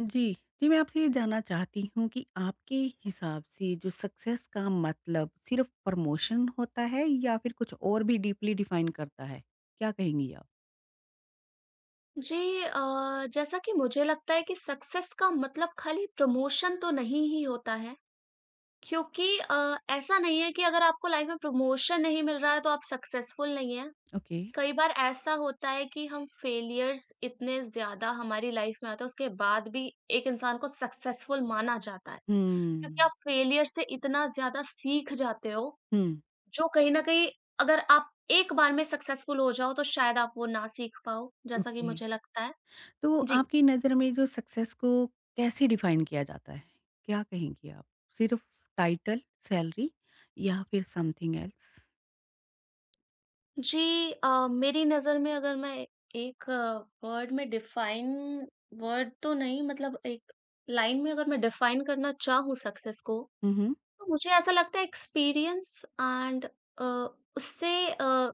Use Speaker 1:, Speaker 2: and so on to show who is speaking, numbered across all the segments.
Speaker 1: जी, जी मैं आपसे ये जानना चाहती हूँ कि आपके हिसाब से जो सक्सेस का मतलब सिर्फ़ प्रमोशन होता है या फिर कुछ और भी डीपली डिफ़ाइन करता है? क्या कहेंगी आप?
Speaker 2: जी जैसा कि मुझे लगता है कि सक्सेस का मतलब खाली प्रमोशन तो नहीं ही होता है क्योंकि ऐसा नहीं है कि अगर आपको लाइफ में प्रमोशन नहीं मिल रहा है तो आप सक्सेसफुल नहीं है।
Speaker 1: ओके।
Speaker 2: कई बार ऐसा होता है कि हम फेलियर्स इतने ज्यादा हमारी लाइफ में आते हैं उसके बाद भी एक इंसान को सक्सेसफुल माना जाता है, क्योंकि
Speaker 1: हुँ।
Speaker 2: आप फेलियर से इतना ज्यादा सीख जाते हो
Speaker 1: हुँ,
Speaker 2: जो कहीं ना कहीं, अगर आप एक बार में सक्सेसफुल हो जाओ तो शायद आप वो ना सीख पाओ, जैसा कि
Speaker 1: ओके।
Speaker 2: मुझे लगता है।
Speaker 1: तो
Speaker 2: जी।
Speaker 1: आपकी नज़र में जो सक्सेस को कैसे डिफ़ाइन किया जाता है? क्या कहेंगी आप? सिर्फ़ टाइटल, सैलरी या फिर समथिंग एल्स?
Speaker 2: जी मेरी नज़र में अगर मैं एक वर्ड में डिफाइन, वर्ड तो नहीं मतलब एक लाइन में अगर मैं डिफाइन करना चाहूँ सक्सेस को,
Speaker 1: हुँ, हुँ।
Speaker 2: तो मुझे ऐसा लगता है एक्सपीरियंस एंड उससे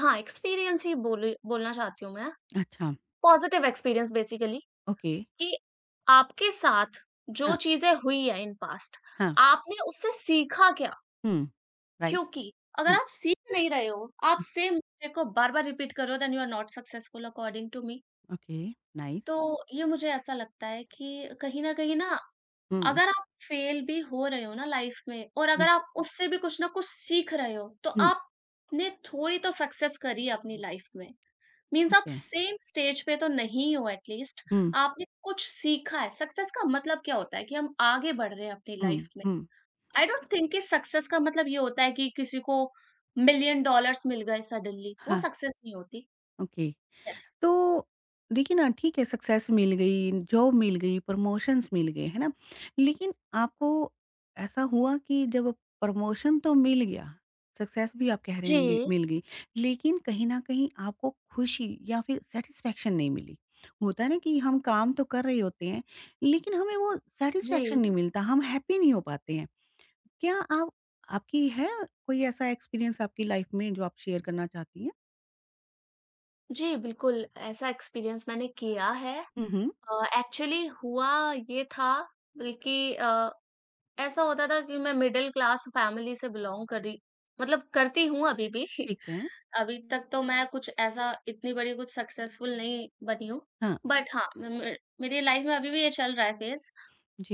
Speaker 2: हाँ एक्सपीरियंस ही बोलना चाहती हूँ मैं।
Speaker 1: अच्छा,
Speaker 2: पॉजिटिव एक्सपीरियंस बेसिकली,
Speaker 1: ओके।
Speaker 2: कि आपके साथ जो
Speaker 1: हाँ,
Speaker 2: चीजें हुई है इन पास्ट,
Speaker 1: हाँ।
Speaker 2: आपने उससे सीखा क्या,
Speaker 1: हुँ, राइट।
Speaker 2: क्योंकि अगर
Speaker 1: हुँ,
Speaker 2: आप सीख नहीं रहे हो, आप
Speaker 1: हुँ,
Speaker 2: सेम मिस्टेक को बार-बार रिपीट कर रहे हो, then you are not successful according to me.
Speaker 1: Okay, nice.
Speaker 2: तो ये मुझे ऐसा लगता है कि कहीं न कहीं ना,
Speaker 1: हुँ, हुँ,
Speaker 2: अगर आप फेल भी हो रहे हो ना लाइफ में और अगर आप उससे भी कुछ ना कुछ सीख रहे हो, तो
Speaker 1: हुँ।
Speaker 2: आपने थोड़ी तो सक्सेस करी है अपनी लाइफ में। मीन्स
Speaker 1: ठीक
Speaker 2: आप
Speaker 1: है।
Speaker 2: सेम स्टेज पे तो नहीं हो एट लीस्ट,
Speaker 1: हुँ,
Speaker 2: आपने कुछ सीखा है। सक्सेस का मतलब क्या होता है कि हम आगे बढ़ रहे हैं अपनी लाइफ
Speaker 1: हुँ,
Speaker 2: में।
Speaker 1: हुँ।
Speaker 2: आई डोंट थिंक कि सक्सेस का मतलब ये होता है कि किसी को मिलियन डॉलर्स मिल गए सडनली वो
Speaker 1: हाँ,
Speaker 2: सक्सेस नहीं होती
Speaker 1: ओके।
Speaker 2: ऐसा।
Speaker 1: तो देखिए ना, ठीक है, सक्सेस मिल गई, जॉब मिल गई, प्रमोशंस मिल गए, है ना? लेकिन आपको ऐसा हुआ कि जब प्रमोशन तो मिल गया, सक्सेस भी आप कह रहे हैं लि
Speaker 2: जी,
Speaker 1: मिल गई, लेकिन कहीं न कहीं आपको खुशी या फिर सैटिस्फैक्शन नहीं मिली। होता है ना कि हम काम तो कर रहे होते हैं, लेकिन हमें वो सैटिस्फैक्शन
Speaker 2: जी,
Speaker 1: नहीं मिलता, हम हैप्पी नहीं हो पाते हैं। क्या आप आपकी है कोई ऐसा एक्सपीरियंस आपकी लाइफ में जो आप शेयर करना चाहती हैं?
Speaker 2: जी, बिल्कुल ऐसा एक्सपीरियंस मैंने किया है।
Speaker 1: हुँ, हुँ,
Speaker 2: एक्चुअली हुआ ये था बल्कि ऐसा होता था कि मैं मिडिल क्लास फैमिली से बिलॉन्ग करी, मतलब करती हूँ अभी भी।
Speaker 1: ठीक है।
Speaker 2: अभी तक तो मैं कुछ ऐसा इतनी बड़ी कुछ सक्सेसफुल नहीं बनी हूँ।
Speaker 1: हाँ,
Speaker 2: बट हाँ, म म मेरी लाइफ में अभी भी ये चल रहा है फेज़।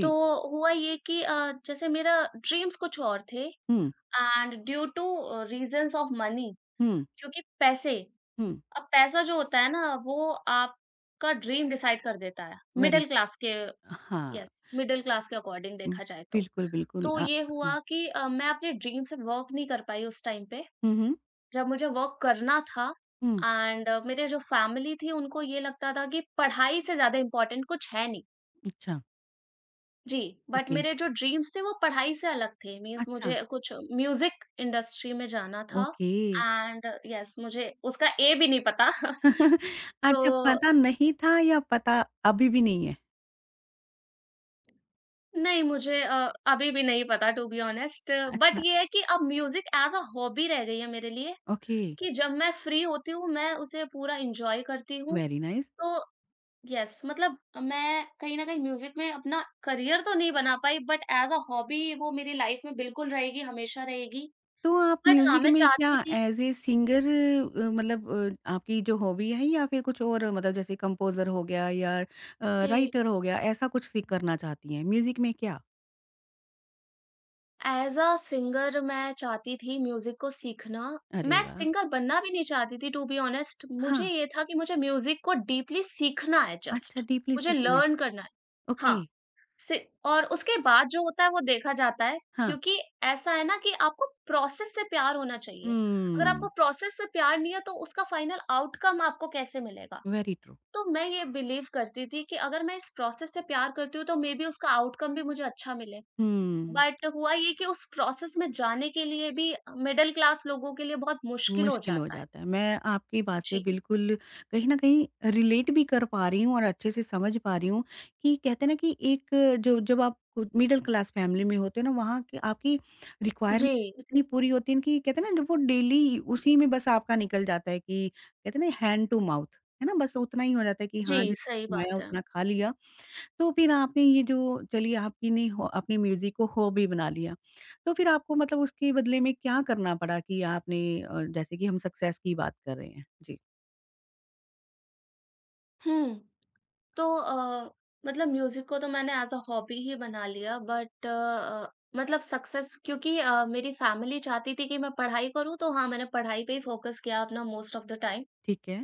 Speaker 2: तो हुआ ये कि जैसे मेरा ड्रीम्स कुछ और थे,
Speaker 1: hmm,
Speaker 2: and due to reasons of money,
Speaker 1: hmm,
Speaker 2: क्योंकि पैसे,
Speaker 1: हुँ,
Speaker 2: अब पैसा जो होता है ना वो आपका ड्रीम डिसाइड कर देता है। मिडल
Speaker 1: वेरी
Speaker 2: क्लास के,
Speaker 1: हाँ,
Speaker 2: यस, मिडल क्लास के अकॉर्डिंग
Speaker 1: उम,
Speaker 2: देखा जाए तो।
Speaker 1: बिल्कुल, बिल्कुल,
Speaker 2: तो ये
Speaker 1: हाँ,
Speaker 2: हुआ कि मैं अपने ड्रीम से वर्क नहीं कर पाई उस टाइम पे
Speaker 1: हुँ, हुँ,
Speaker 2: जब मुझे वर्क करना था,
Speaker 1: हुँ,
Speaker 2: एंड मेरे जो फैमिली थी उनको ये लगता था कि पढ़ाई से ज़्यादा इम्पोर्टेंट कुछ है नहीं।
Speaker 1: अच्छा,
Speaker 2: जी, बट
Speaker 1: ओके,
Speaker 2: मेरे जो ड्रीम्स थे वो पढ़ाई से अलग थे, मीन्स
Speaker 1: अच्छा,
Speaker 2: मुझे कुछ म्यूज़िक इंडस्ट्री में जाना था।
Speaker 1: ओके।
Speaker 2: एंड यस मुझे उसका ए भी नहीं पता। तो
Speaker 1: अच्छा, पता नहीं था या पता अभी भी नहीं है?
Speaker 2: नहीं, मुझे अभी भी नहीं पता टू बी ऑनेस्ट, बट
Speaker 1: अच्छा,
Speaker 2: ये है कि अब म्यूज़िक एज़ अ हॉबी रह गई है मेरे लिए,
Speaker 1: ओके,
Speaker 2: कि जब मैं फ्री होती हूँ मैं उसे पूरा एन्जॉय करती हूँ।
Speaker 1: Very nice.
Speaker 2: तो यस मतलब मैं कहीं न कहीं म्यूज़िक में अपना करियर तो नहीं बना पाई, बट ऐज़ अ हॉबी वो मेरी लाइफ़ में बिल्कुल रहेगी, हमेशा रहेगी।
Speaker 1: तो आप
Speaker 2: बट हाँ,
Speaker 1: म्यूज़िक
Speaker 2: मैं
Speaker 1: में क्या
Speaker 2: चाहती थी,
Speaker 1: एज़ ए सिंगर मतलब आपकी जो हॉबी है या फिर कुछ और, मतलब जैसे कंपोज़र हो गया या
Speaker 2: जी,
Speaker 1: राइटर हो गया, ऐसा कुछ सीख करना चाहती हैं? म्यूज़िक में क्या?
Speaker 2: ऐज़ अ सिंगर मैं चाहती थी म्यूज़िक को सीखना।
Speaker 1: अरे
Speaker 2: मैं
Speaker 1: वाह!
Speaker 2: सिंगर बनना भी नहीं चाहती थी टू बी ऑनेस्ट, मुझे
Speaker 1: हाँ,
Speaker 2: ये था कि मुझे म्यूज़िक को डीपली सीखना है, जस्ट,
Speaker 1: अच्छा डीपली
Speaker 2: मुझे
Speaker 1: सीखना है।
Speaker 2: लर्न करना है।
Speaker 1: ओके,
Speaker 2: हाँ, से, और उसके बाद जो होता है वो देखा जाता है,
Speaker 1: हाँ।
Speaker 2: क्योंकि ऐसा है ना कि आपको प्रोसेस से प्यार होना चाहिए। अगर आपको
Speaker 1: हुँ,
Speaker 2: प्रोसेस से प्यार नहीं है तो उसका फाइनल आउटकम आपको कैसे मिलेगा?
Speaker 1: Very true.
Speaker 2: तो मैं ये बिलीव करती थी कि अगर मैं इस प्रोसेस से प्यार करती हूँ तो मे बी उसका आउटकम भी मुझे अच्छा मिले।
Speaker 1: हुँ।
Speaker 2: बट हुआ ये कि उस प्रोसेस में जाने के लिए भी मिडल क्लास लोगों के लिए बहुत मुश्किल हो
Speaker 1: मुश्किल हो
Speaker 2: जाता है।
Speaker 1: जाता है। मैं आपकी बात से
Speaker 2: जी।
Speaker 1: बिल्कुल कहीं न कहीं रिलेट भी कर पा रही हूँ और अच्छे से समझ पा रही हूँ कि कहते हैं ना कि एक, जो जब आप मिडल क्लास फैमिली में होते हो ना, वहाँ की आपकी रिक्वायरमेंट
Speaker 2: जी।
Speaker 1: इतनी पूरी होती है कि कहते हैं ना वो डेली उसी में बस आपका निकल जाता है, कि कहते हैं ना हैंड टू माउथ, है ना? बस उतना ही हो जाता है कि हाँ
Speaker 2: जी, सही
Speaker 1: जितना कमाया
Speaker 2: बात है।
Speaker 1: उतना खा लिया। तो फिर आपने ये जो चलिए आपकी ने हो अपने म्यूज़िक को हॉबी बना लिया। तो फिर आपको मतलब उसके बदले में क्या करना पड़ा कि आपने जैसे कि हम सक्सेस की बात कर रहे हैं? जी,
Speaker 2: हुँ। तो मतलब म्यूजिक को तो मैंने एज़ अ हॉबी ही बना लिया, बट मतलब सक्सेस क्योंकि मेरी फैमिली चाहती थी कि मैं पढ़ाई करूँ, तो हाँ, मैंने पढ़ाई पे ही फ़ोकस किया अपना मोस्ट ऑफ़ द टाइम।
Speaker 1: ठीक है।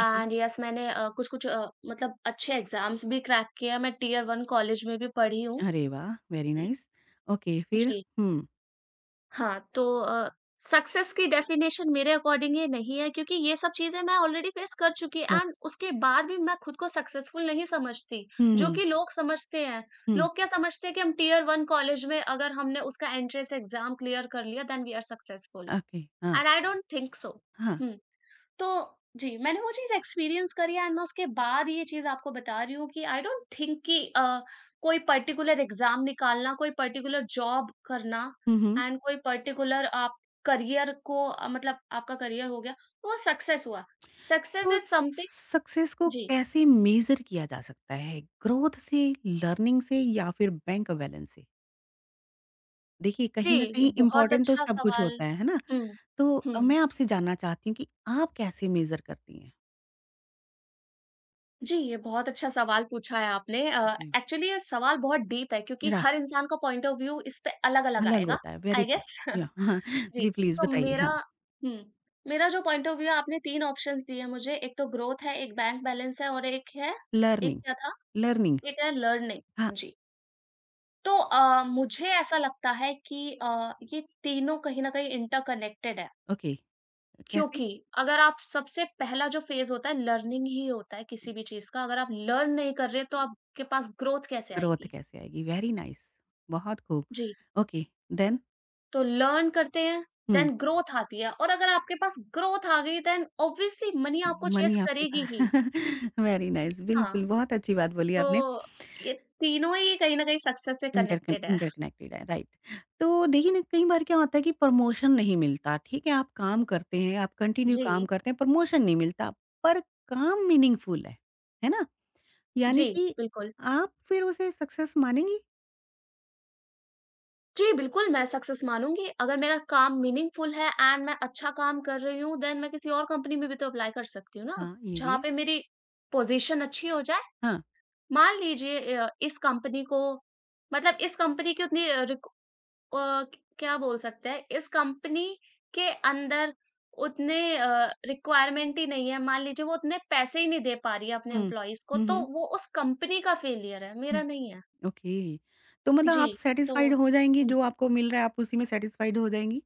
Speaker 1: जी।
Speaker 2: यस मैंने कुछ-कुछ मतलब अच्छे एग्ज़ाम्स भी क्रैक किए हैं, मैं टियर 1 कॉलेज में भी पढ़ी हूँ।
Speaker 1: अरे वाह! Very nice. ओके फिर?
Speaker 2: जी।
Speaker 1: हुँ।
Speaker 2: हाँ, तो सक्सेस की डेफ़िनेशन मेरे अकॉर्डिंग ये नहीं है, क्योंकि ये सब चीज़ें मैं ऑलरेडी फ़ेस कर चुकी,
Speaker 1: हाँ।
Speaker 2: एंड उसके बाद भी मैं खुद को सक्सेसफुल नहीं समझती,
Speaker 1: हुँ,
Speaker 2: जो
Speaker 1: हुँ,
Speaker 2: कि लोग समझते हैं।
Speaker 1: हुँ।
Speaker 2: लोग क्या समझते हैं कि हम टियर 1 कॉलेज में, अगर हमने उसका एंट्रेंस एग्ज़ाम क्लियर कर लिया then we are successful,
Speaker 1: okay, हाँ,
Speaker 2: and I don't think so.
Speaker 1: हाँ।
Speaker 2: हुँ। तो जी, मैंने वो चीज़ एक्सपीरियंस करी है, एंड मैं उसके बाद ये चीज़ आपको बता रही हूँ कि आई डोंट थिंक कि कोई पर्टिकुलर एग्ज़ाम निकालना, कोई पर्टिकुलर जॉब करना,
Speaker 1: हुँ, हुँ।
Speaker 2: एंड कोई पर्टिकुलर आप करियर को मतलब आपका करियर हो गया, वो सक्सेस हुआ। सक्सेस
Speaker 1: तो
Speaker 2: इज़ समथिंग।
Speaker 1: सक्सेस को
Speaker 2: जी,
Speaker 1: कैसे मेज़र किया जा सकता है? ग्रोथ से, लर्निंग से या फिर बैंक बैलेंस से? देखिए
Speaker 2: जी,
Speaker 1: कहीं न
Speaker 2: ये
Speaker 1: कहीं
Speaker 2: बहुत
Speaker 1: इम्पोर्टेंट तो
Speaker 2: अच्छा
Speaker 1: सब कुछ
Speaker 2: सवाल।
Speaker 1: होता है ना?
Speaker 2: हुँ,
Speaker 1: तो
Speaker 2: हुँ।
Speaker 1: मैं आपसे जानना चाहती हूँ कि आप कैसे मेज़र करती हैं?
Speaker 2: जी, ये बहुत अच्छा सवाल पूछा है आपने।
Speaker 1: जी।
Speaker 2: एक्चुअली ये सवाल बहुत डीप है, क्योंकि
Speaker 1: रा
Speaker 2: हर इंसान का पॉइंट ऑफ व्यू इस पे अलग-अलग
Speaker 1: अलग
Speaker 2: आएगा,
Speaker 1: होता है, वेरी
Speaker 2: आई
Speaker 1: गुड।
Speaker 2: गेस।
Speaker 1: या हाँ,
Speaker 2: जी,
Speaker 1: जी प्लीज़
Speaker 2: तो
Speaker 1: बताइए?
Speaker 2: मेरा,
Speaker 1: हाँ,
Speaker 2: हुँ, मेरा जो पॉइंट ऑफ व्यू है, आपने 3 ऑप्शंस दिए मुझे, एक तो ग्रोथ है, एक बैंक बैलेंस है और एक है, एक
Speaker 1: लर्निंग,
Speaker 2: क्या था?
Speaker 1: लर्निंग।
Speaker 2: एक है
Speaker 1: हाँ,
Speaker 2: लर्निंग। जी, तो मुझे ऐसा लगता है कि ये तीनों कहीं न कहीं इंटरकनेक्टेड है।
Speaker 1: ओके, कैसे?
Speaker 2: क्योंकि अगर आप, सबसे पहला जो फ़ेज़ होता है लर्निंग ही होता है किसी भी चीज़ का, अगर आप लर्न नहीं कर रहे तो आपके पास ग्रोथ कैसे
Speaker 1: ग्रोथ
Speaker 2: आएगी?
Speaker 1: कैसे आएगी? वेरी नाइस, बहुत खूब।
Speaker 2: जी,
Speaker 1: ओके, देन?
Speaker 2: तो लर्न करते हैं,
Speaker 1: हुँ,
Speaker 2: देन ग्रोथ आती है, और अगर आपके पास ग्रोथ आ गई देन ऑब्वियसली मनी आपको
Speaker 1: मनी
Speaker 2: चेज़
Speaker 1: आपके
Speaker 2: करेगी
Speaker 1: पास
Speaker 2: ही।
Speaker 1: वेरी नाइस,
Speaker 2: हाँ,
Speaker 1: बिल्कुल, बहुत अच्छी बात बोली आपने।
Speaker 2: तो ये तीनों ही कहीं न कहीं सक्सेस से कनेक्टेड है।
Speaker 1: इंटरकनेक्टेड है, राइट। तो देखिए ना, कई बार क्या होता है कि प्रमोशन नहीं मिलता, ठीक है? आप काम करते हैं, आप कंटिन्यू
Speaker 2: जी,
Speaker 1: काम करते हैं, प्रमोशन नहीं मिलता, पर काम मीनिंगफुल है ना? यानी
Speaker 2: जी,
Speaker 1: कि
Speaker 2: बिल्कुल।
Speaker 1: आप फिर उसे सक्सेस मानेंगी?
Speaker 2: जी, बिल्कुल, मैं सक्सेस मानूँगी। अगर मेरा काम मीनिंगफुल है एंड मैं अच्छा काम कर रही हूँ, देन मैं किसी और कंपनी में भी तो अप्लाई कर सकती हूँ ना,
Speaker 1: हाँ, ये भी
Speaker 2: जहाँ
Speaker 1: है।
Speaker 2: पे मेरी पोज़ीशन अच्छी हो जाए।
Speaker 1: हाँ,
Speaker 2: मान लीजिए इस कंपनी को, मतलब इस कंपनी की उतनी अ, क्या बोल सकते हैं, इस कंपनी के अंदर उतने रिक्वायरमेंट ही नहीं है। मान लीजिए वो उतने पैसे ही नहीं दे पा रही है अपने
Speaker 1: हुँ।
Speaker 2: एम्प्लॉइज़ को,
Speaker 1: हुँ,
Speaker 2: तो
Speaker 1: हुँ,
Speaker 2: वो उस कंपनी का फेलियर है, मेरा
Speaker 1: हुँ,
Speaker 2: नहीं है।
Speaker 1: ओके। तो मतलब
Speaker 2: जी,
Speaker 1: आप सैटिस्फाइड
Speaker 2: तो
Speaker 1: हो जाएँगी, जो आपको मिल रहा है, आप उसी में सैटिस्फाइड हो जाएँगी?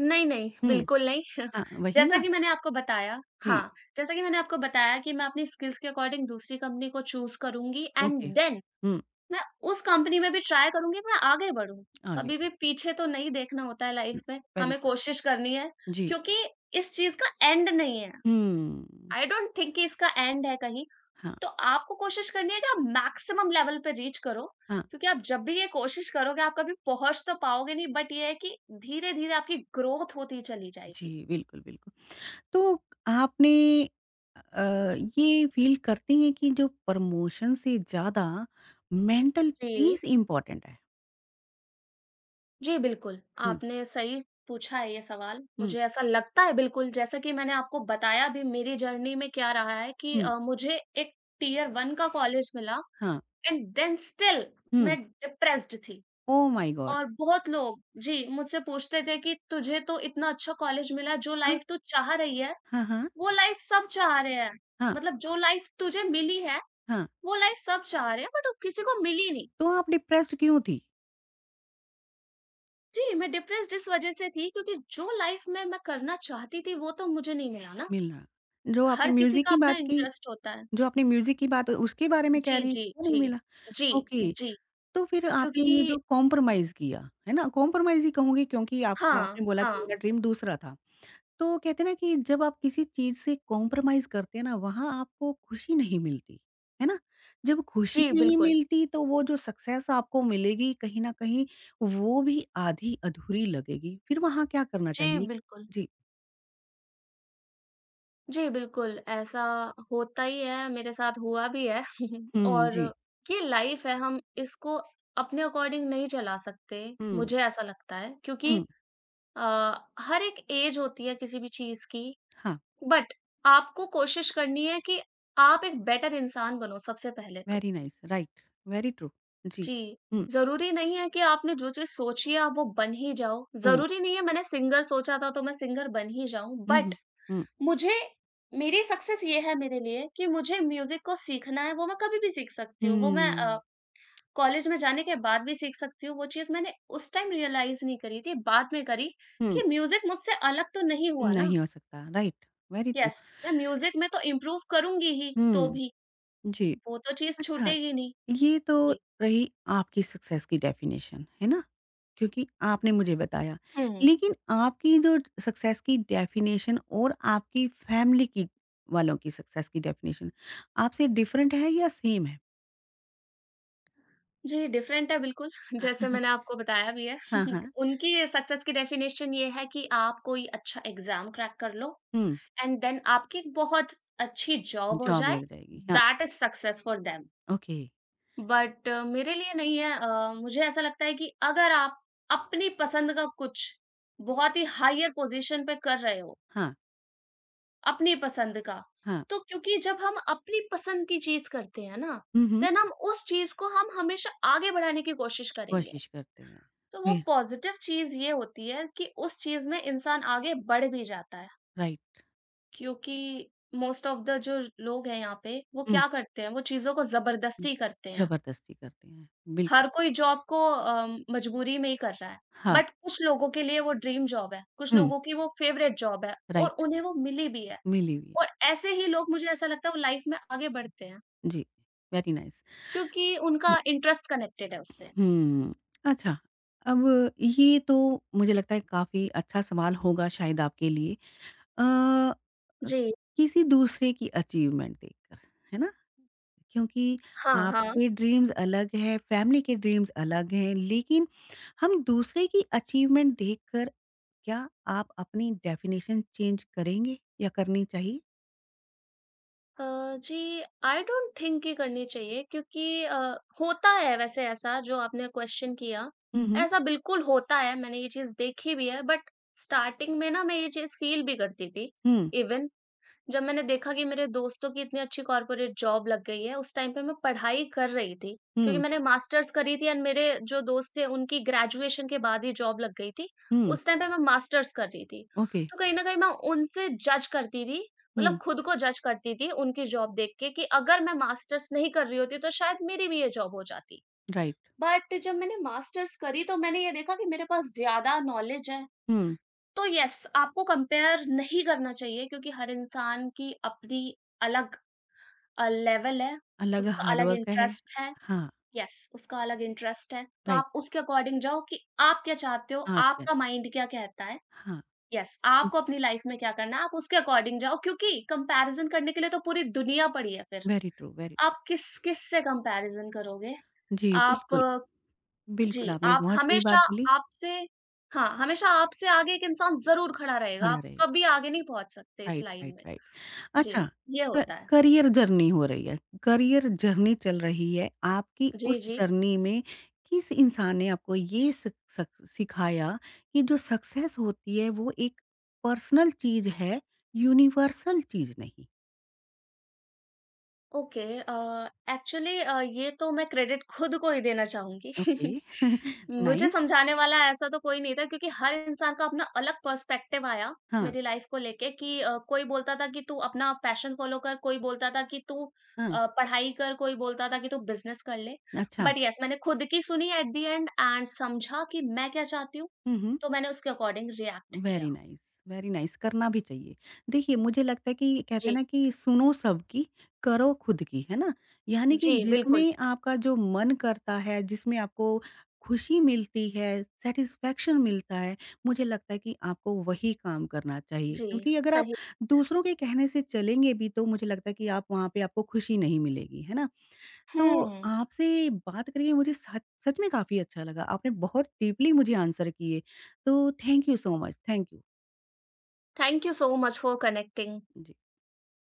Speaker 2: नहीं, नहीं,
Speaker 1: हुँ,
Speaker 2: बिल्कुल नहीं।
Speaker 1: हाँ, वही
Speaker 2: जैसा
Speaker 1: ना?
Speaker 2: कि मैंने आपको बताया,
Speaker 1: जी,
Speaker 2: हाँ, जैसा कि मैंने आपको बताया कि मैं अपनी स्किल्स के अकॉर्डिंग दूसरी कंपनी को चूज़ करूँगी, एंड
Speaker 1: ओके।
Speaker 2: देन
Speaker 1: हुँ,
Speaker 2: मैं उस कंपनी में भी ट्राई करूँगी, मैं आगे बढ़ूँ।
Speaker 1: आगे
Speaker 2: कभी भी पीछे तो नहीं देखना होता है लाइफ
Speaker 1: हुँ,
Speaker 2: में,
Speaker 1: वेरी
Speaker 2: हमें
Speaker 1: ट्रू।
Speaker 2: कोशिश करनी है,
Speaker 1: जी,
Speaker 2: क्योंकि इस चीज़ का एंड नहीं है।
Speaker 1: हुँ,
Speaker 2: आई डोंट थिंक कि इसका एंड है कहीं।
Speaker 1: हाँ,
Speaker 2: तो आपको कोशिश करनी है कि आप मैक्सिमम लेवल पे रीच करो,
Speaker 1: हाँ।
Speaker 2: क्योंकि आप जब भी ये कोशिश करोगे, आप कभी पहुँच तो पाओगे नहीं, बट ये है कि धीरे-धीरे आपकी ग्रोथ होती चली जाएगी।
Speaker 1: जी, बिल्कुल, बिल्कुल। तो आपने अ, ये फ़ील करते हैं कि जो प्रमोशन से ज़्यादा मेंटल
Speaker 2: जी।
Speaker 1: पीस इम्पोर्टेंट है?
Speaker 2: जी, बिल्कुल,
Speaker 1: हुँ,
Speaker 2: आपने सही पूछा है ये सवाल।
Speaker 1: हुँ,
Speaker 2: मुझे ऐसा लगता है, बिल्कुल जैसा कि मैंने आपको बताया भी मेरी जर्नी में क्या रहा है कि
Speaker 1: हुँ,
Speaker 2: मुझे एक टियर 1 का कॉलेज मिला,
Speaker 1: हाँ,
Speaker 2: एंड देन स्टिल
Speaker 1: हुँ,
Speaker 2: मैं डिप्रेस्ड थी।
Speaker 1: Oh my God!
Speaker 2: और बहुत लोग जी, मुझसे पूछते थे कि तुझे तो इतना अच्छा कॉलेज मिला, जो
Speaker 1: हाँ,
Speaker 2: लाइफ़ तू चाह रही है,
Speaker 1: हाँ, हाँ,
Speaker 2: वो लाइफ़ सब चाह रहे हैं।
Speaker 1: हाँ,
Speaker 2: मतलब जो लाइफ़ तुझे मिली है,
Speaker 1: हाँ।
Speaker 2: वो लाइफ़ सब चाह रहे हैं, बट वो किसी को मिली नहीं।
Speaker 1: तो आप डिप्रेस्ड क्यों थी,
Speaker 2: जी, मैं डिप्रेस्ड इस वज़ह से थी, क्योंकि जो लाइफ़ में मैं करना चाहती थी वो तो मुझे नहीं मिला ना।
Speaker 1: मिलना? जो
Speaker 2: हर
Speaker 1: आपने
Speaker 2: किसी
Speaker 1: म्यूज़िक
Speaker 2: का
Speaker 1: की
Speaker 2: अपना
Speaker 1: बात की,
Speaker 2: इंटरेस्ट होता है।
Speaker 1: जो आपने म्यूज़िक की बात उसके बारे में
Speaker 2: जी,
Speaker 1: कह रही हैं,
Speaker 2: जी,
Speaker 1: वो नहीं
Speaker 2: जी।
Speaker 1: मिला?
Speaker 2: जी,
Speaker 1: ओके,
Speaker 2: जी,
Speaker 1: तो फिर आपने ये
Speaker 2: क्योंकि
Speaker 1: जो कॉम्प्रोमाइज़ किया, है ना? कॉम्प्रोमाइज़ ही कहूँगी क्योंकि आपका,
Speaker 2: हाँ,
Speaker 1: आपने बोला कि
Speaker 2: हाँ।
Speaker 1: मेरा ड्रीम दूसरा था। तो कहते हैं ना कि जब आप किसी चीज़ से कॉम्प्रोमाइज़ करते हैं ना, वहाँ आपको खुशी नहीं मिलती, है ना? जब खुशी
Speaker 2: जी,
Speaker 1: नहीं
Speaker 2: बिल्कुल।
Speaker 1: मिलती तो वो जो सक्सेस आपको मिलेगी, कहीं न कहीं वो भी आधी-अधूरी लगेगी, फिर वहाँ क्या करना
Speaker 2: जी,
Speaker 1: चाहिए?
Speaker 2: बिल्कुल।
Speaker 1: जी।
Speaker 2: जी, बिल्कुल, ऐसा होता ही है, मेरे साथ हुआ भी है।
Speaker 1: हुँ,
Speaker 2: और
Speaker 1: जी।
Speaker 2: ये लाइफ़ है, हम इसको अपने अकॉर्डिंग नहीं चला सकते,
Speaker 1: हुँ,
Speaker 2: मुझे ऐसा लगता है, क्योंकि
Speaker 1: हुँ।
Speaker 2: अ, हर एक एज होती है किसी भी चीज़ की,
Speaker 1: हाँ,
Speaker 2: बट आपको कोशिश करनी है कि आप एक बेटर इंसान बनो सबसे पहले तो।
Speaker 1: Very nice, right, very true. जी।
Speaker 2: जी,
Speaker 1: हुँ,
Speaker 2: ज़रूरी नहीं है कि आपने जो चीज़ सोची है आप वो बन ही जाओ।
Speaker 1: हुँ,
Speaker 2: ज़रूरी नहीं है मैंने सिंगर सोचा था तो मैं सिंगर बन ही जाऊँ।
Speaker 1: हुँ,
Speaker 2: बट
Speaker 1: हुँ, हुँ,
Speaker 2: मुझे, मेरी सक्सेस ये है मेरे लिए कि मुझे म्यूज़िक को सीखना है, वो मैं कभी भी सीख सकती हूँ। वो मैं
Speaker 1: हुँ,
Speaker 2: कॉलेज में जाने के बाद भी सीख सकती हूँ। वो चीज़ मैंने उस टाइम रियलाइज़ नहीं करी थी, बाद में करी
Speaker 1: हुँ,
Speaker 2: कि म्यूज़िक मुझसे अलग तो नहीं हुआ ना।
Speaker 1: नहीं हो सकता, राइट, वेरी ट्रू।
Speaker 2: यस, मैं म्यूज़िक में तो इम्प्रूव करूँगी ही तो
Speaker 1: हुँ,
Speaker 2: भी।
Speaker 1: जी।
Speaker 2: वो तो चीज़
Speaker 1: अच्छा,
Speaker 2: छूटेगी नहीं।
Speaker 1: ये तो
Speaker 2: जी।
Speaker 1: रही आपकी सक्सेस की डेफिनेशन, है ना? क्योंकि आपने मुझे बताया।
Speaker 2: हुँ।
Speaker 1: लेकिन आपकी जो सक्सेस की डेफिनेशन और आपकी फैमिली की, वालों की सक्सेस की डेफिनेशन आपसे डिफरेंट है या सेम है?
Speaker 2: जी, डिफ़रेंट है बिल्कुल। जैसे मैंने आपको बताया भी है।
Speaker 1: हाँ, हाँ।
Speaker 2: उनकी सक्सेस की डेफ़िनेशन ये है कि आप कोई अच्छा एग्ज़ाम क्रैक कर लो,
Speaker 1: हुँ,
Speaker 2: एंड देन आपकी एक बहुत अच्छी जॉब हो
Speaker 1: जॉब
Speaker 2: जाए,
Speaker 1: लग जाएगी। हाँ,
Speaker 2: that is success for them.
Speaker 1: Okay.
Speaker 2: But मेरे लिए नहीं है, मुझे ऐसा लगता है कि अगर आप अपनी पसंद का कुछ बहुत ही हायर पोज़ीशन पे कर रहे हो
Speaker 1: हाँ,
Speaker 2: अपनी पसंद का।
Speaker 1: हाँ।
Speaker 2: तो क्योंकि जब हम अपनी पसंद की चीज़ करते हैं ना,
Speaker 1: हुँ, हुँ।
Speaker 2: देन हम उस चीज़ को हम हमेशा आगे बढ़ाने की कोशिश करेंगे।
Speaker 1: कोशिश करते हैं।
Speaker 2: तो वो
Speaker 1: फिर
Speaker 2: पॉज़िटिव चीज़ ये होती है कि उस चीज़ में इंसान आगे बढ़ भी जाता है।
Speaker 1: राइट।
Speaker 2: क्योंकि मोस्ट ऑफ़ द जो लोग हैं यहाँ पे, वो
Speaker 1: हुँ,
Speaker 2: क्या करते हैं, वो चीज़ों को
Speaker 1: हुँ।
Speaker 2: ज़बरदस्ती करते हैं।
Speaker 1: ज़बरदस्ती करते हैं। बिल्कुल।
Speaker 2: हर कोई जॉब को मजबूरी में ही कर रहा है।
Speaker 1: हाँ।
Speaker 2: बट कुछ लोगों के लिए वो ड्रीम जॉब है, कुछ
Speaker 1: हुँ,
Speaker 2: लोगों की वो फ़ेवरेट जॉब है, और
Speaker 1: राइट।
Speaker 2: उन्हें वो मिली भी है।
Speaker 1: मिली हुई है।
Speaker 2: और ऐसे ही लोग मुझे ऐसा लगता है वो लाइफ में आगे बढ़ते हैं,
Speaker 1: जी, वेरी नाइस।
Speaker 2: क्योंकि उनका इंटरेस्ट कनेक्टेड है उससे।
Speaker 1: हुँ। अच्छा, अब ये तो मुझे लगता है काफ़ी अच्छा सवाल होगा शायद आपके लिए। अ अ,
Speaker 2: जी।
Speaker 1: किसी दूसरे की अचीवमेंट देखकर, है ना? क्योंकि
Speaker 2: हाँ, हाँ।
Speaker 1: आपके ड्रीम्स अलग हैं, फैमिली के ड्रीम्स अलग हैं, लेकिन हम दूसरे की अचीवमेंट देखकर क्या आप अपनी डेफ़िनेशन चेंज करेंगे या करनी चाहिए?
Speaker 2: अ, जी, आई डोंट थिंक कि करनी चाहिए, क्योंकि होता है वैसे ऐसा जो आपने क्वेश्चन किया,
Speaker 1: हुँ, हुँ।
Speaker 2: ऐसा बिल्कुल होता है, मैंने ये चीज़ देखी भी है, बट स्टार्टिंग में ना मैं ये चीज़ फ़ील भी करती थी।
Speaker 1: हुँ,
Speaker 2: इवन जब मैंने देखा कि मेरे दोस्तों की इतनी अच्छी कॉर्पोरेट जॉब लग गई है, उस टाइम पे मैं पढ़ाई कर रही थी, क्योंकि
Speaker 1: हुँ,
Speaker 2: मैंने मास्टर्स करी थी, एंड मेरे जो दोस्त थे उनकी ग्रेजुएशन के बाद ही जॉब लग गई थी।
Speaker 1: हुँ।
Speaker 2: उस टाइम पे मैं मास्टर्स कर रही थी।
Speaker 1: ओके।
Speaker 2: तो कहीं न कहीं मैं उनसे जज करती थी,
Speaker 1: हुँ,
Speaker 2: मतलब खुद को जज करती थी उनकी जॉब देख के कि अगर मैं मास्टर्स नहीं कर रही होती तो शायद मेरी भी ये जॉब हो जाती।
Speaker 1: राइट।
Speaker 2: बट जब मैंने मास्टर्स करी तो मैंने ये देखा कि मेरे पास ज़्यादा नॉलेज है,
Speaker 1: हुँ,
Speaker 2: तो यस, आपको कंपेयर नहीं करना चाहिए, क्योंकि हर इंसान की अपनी अलग लेवल है,
Speaker 1: अलग
Speaker 2: उसका
Speaker 1: हार्ड
Speaker 2: अलग
Speaker 1: वर्क है।
Speaker 2: इंटरेस्ट है,
Speaker 1: हाँ,
Speaker 2: यस, उसका अलग इंटरेस्ट है। तो
Speaker 1: राइट।
Speaker 2: आप उसके अकॉर्डिंग जाओ कि आप क्या चाहते हो,
Speaker 1: हाँ, आपके
Speaker 2: आपका माइंड क्या कहता है।
Speaker 1: हाँ,
Speaker 2: यस, आपको अपनी लाइफ में क्या करना है, आप उसके अकॉर्डिंग जाओ, क्योंकि कंपैरिज़न करने के लिए तो पूरी दुनिया पड़ी है फिर।
Speaker 1: Very true, very true.
Speaker 2: आप किस किस से कंपैरिज़न करोगे?
Speaker 1: जी,
Speaker 2: आप,
Speaker 1: बिल्कुल, बिल्कुल
Speaker 2: जी,
Speaker 1: आपने
Speaker 2: आप
Speaker 1: बहुत सही
Speaker 2: हमेशा
Speaker 1: बात बोली,
Speaker 2: आपसे, हाँ, हमेशा आपसे आगे एक इंसान ज़रूर खड़ा रहेगा,
Speaker 1: खड़ा
Speaker 2: आप
Speaker 1: रहेगा।
Speaker 2: कभी आगे नहीं पहुँच सकते इस
Speaker 1: राइट,
Speaker 2: लाइन
Speaker 1: राइट,
Speaker 2: में।
Speaker 1: राइट।
Speaker 2: जी,
Speaker 1: अच्छा,
Speaker 2: ये
Speaker 1: क
Speaker 2: होता है।
Speaker 1: करियर जर्नी हो रही है, करियर जर्नी चल रही है, आपकी
Speaker 2: जी,
Speaker 1: उस
Speaker 2: जी।
Speaker 1: जर्नी में किस इंसान ने आपको ये सक सक सिखाया कि जो सक्सेस होती है वो एक पर्सनल चीज़ है, यूनिवर्सल चीज़ नहीं?
Speaker 2: ओके एक्चुअली ये तो मैं क्रेडिट खुद को ही देना चाहूँगी।
Speaker 1: ओके,
Speaker 2: मुझे
Speaker 1: नाइस।
Speaker 2: समझाने वाला ऐसा तो कोई नहीं था, क्योंकि हर इंसान का अपना अलग पर्सपेक्टिव आया
Speaker 1: हाँ,
Speaker 2: मेरी लाइफ को लेके कि कोई बोलता था कि तू अपना पैशन फॉलो कर, कोई बोलता था कि तू
Speaker 1: हाँ,
Speaker 2: पढ़ाई कर, कोई बोलता था कि तू बिजनेस कर ले,
Speaker 1: अच्छा।
Speaker 2: बट यस मैंने खुद की सुनी एट द एंड, एंड समझा कि मैं क्या चाहती हूँ,
Speaker 1: हुँ, हुँ।
Speaker 2: तो मैंने उसके अकॉर्डिंग रिएक्ट किया।
Speaker 1: वेरी नाइस, वेरी नाइस, करना भी चाहिए। देखिए मुझे लगता है कि कहते हैं
Speaker 2: जी।
Speaker 1: ना कि सुनो सबकी, करो खुद की, है ना? यानी कि
Speaker 2: जी, बिल्कुल।
Speaker 1: जिसमें आपका जो मन करता है, जिसमें आपको खुशी मिलती है, सेटिस्फेक्शन मिलता है, मुझे लगता है कि आपको वही काम करना चाहिए,
Speaker 2: जी,
Speaker 1: क्योंकि अगर आप
Speaker 2: सही।
Speaker 1: दूसरों के कहने से चलेंगे भी तो मुझे लगता है कि आप वहाँ पे आपको खुशी नहीं मिलेगी, है ना? तो
Speaker 2: हम्म।
Speaker 1: आपसे बात करके मुझे सच सच में काफी अच्छा लगा, आपने बहुत डीपली मुझे आंसर किए। तो thank you so much, thank you.
Speaker 2: Thank you so much for connecting.
Speaker 1: D.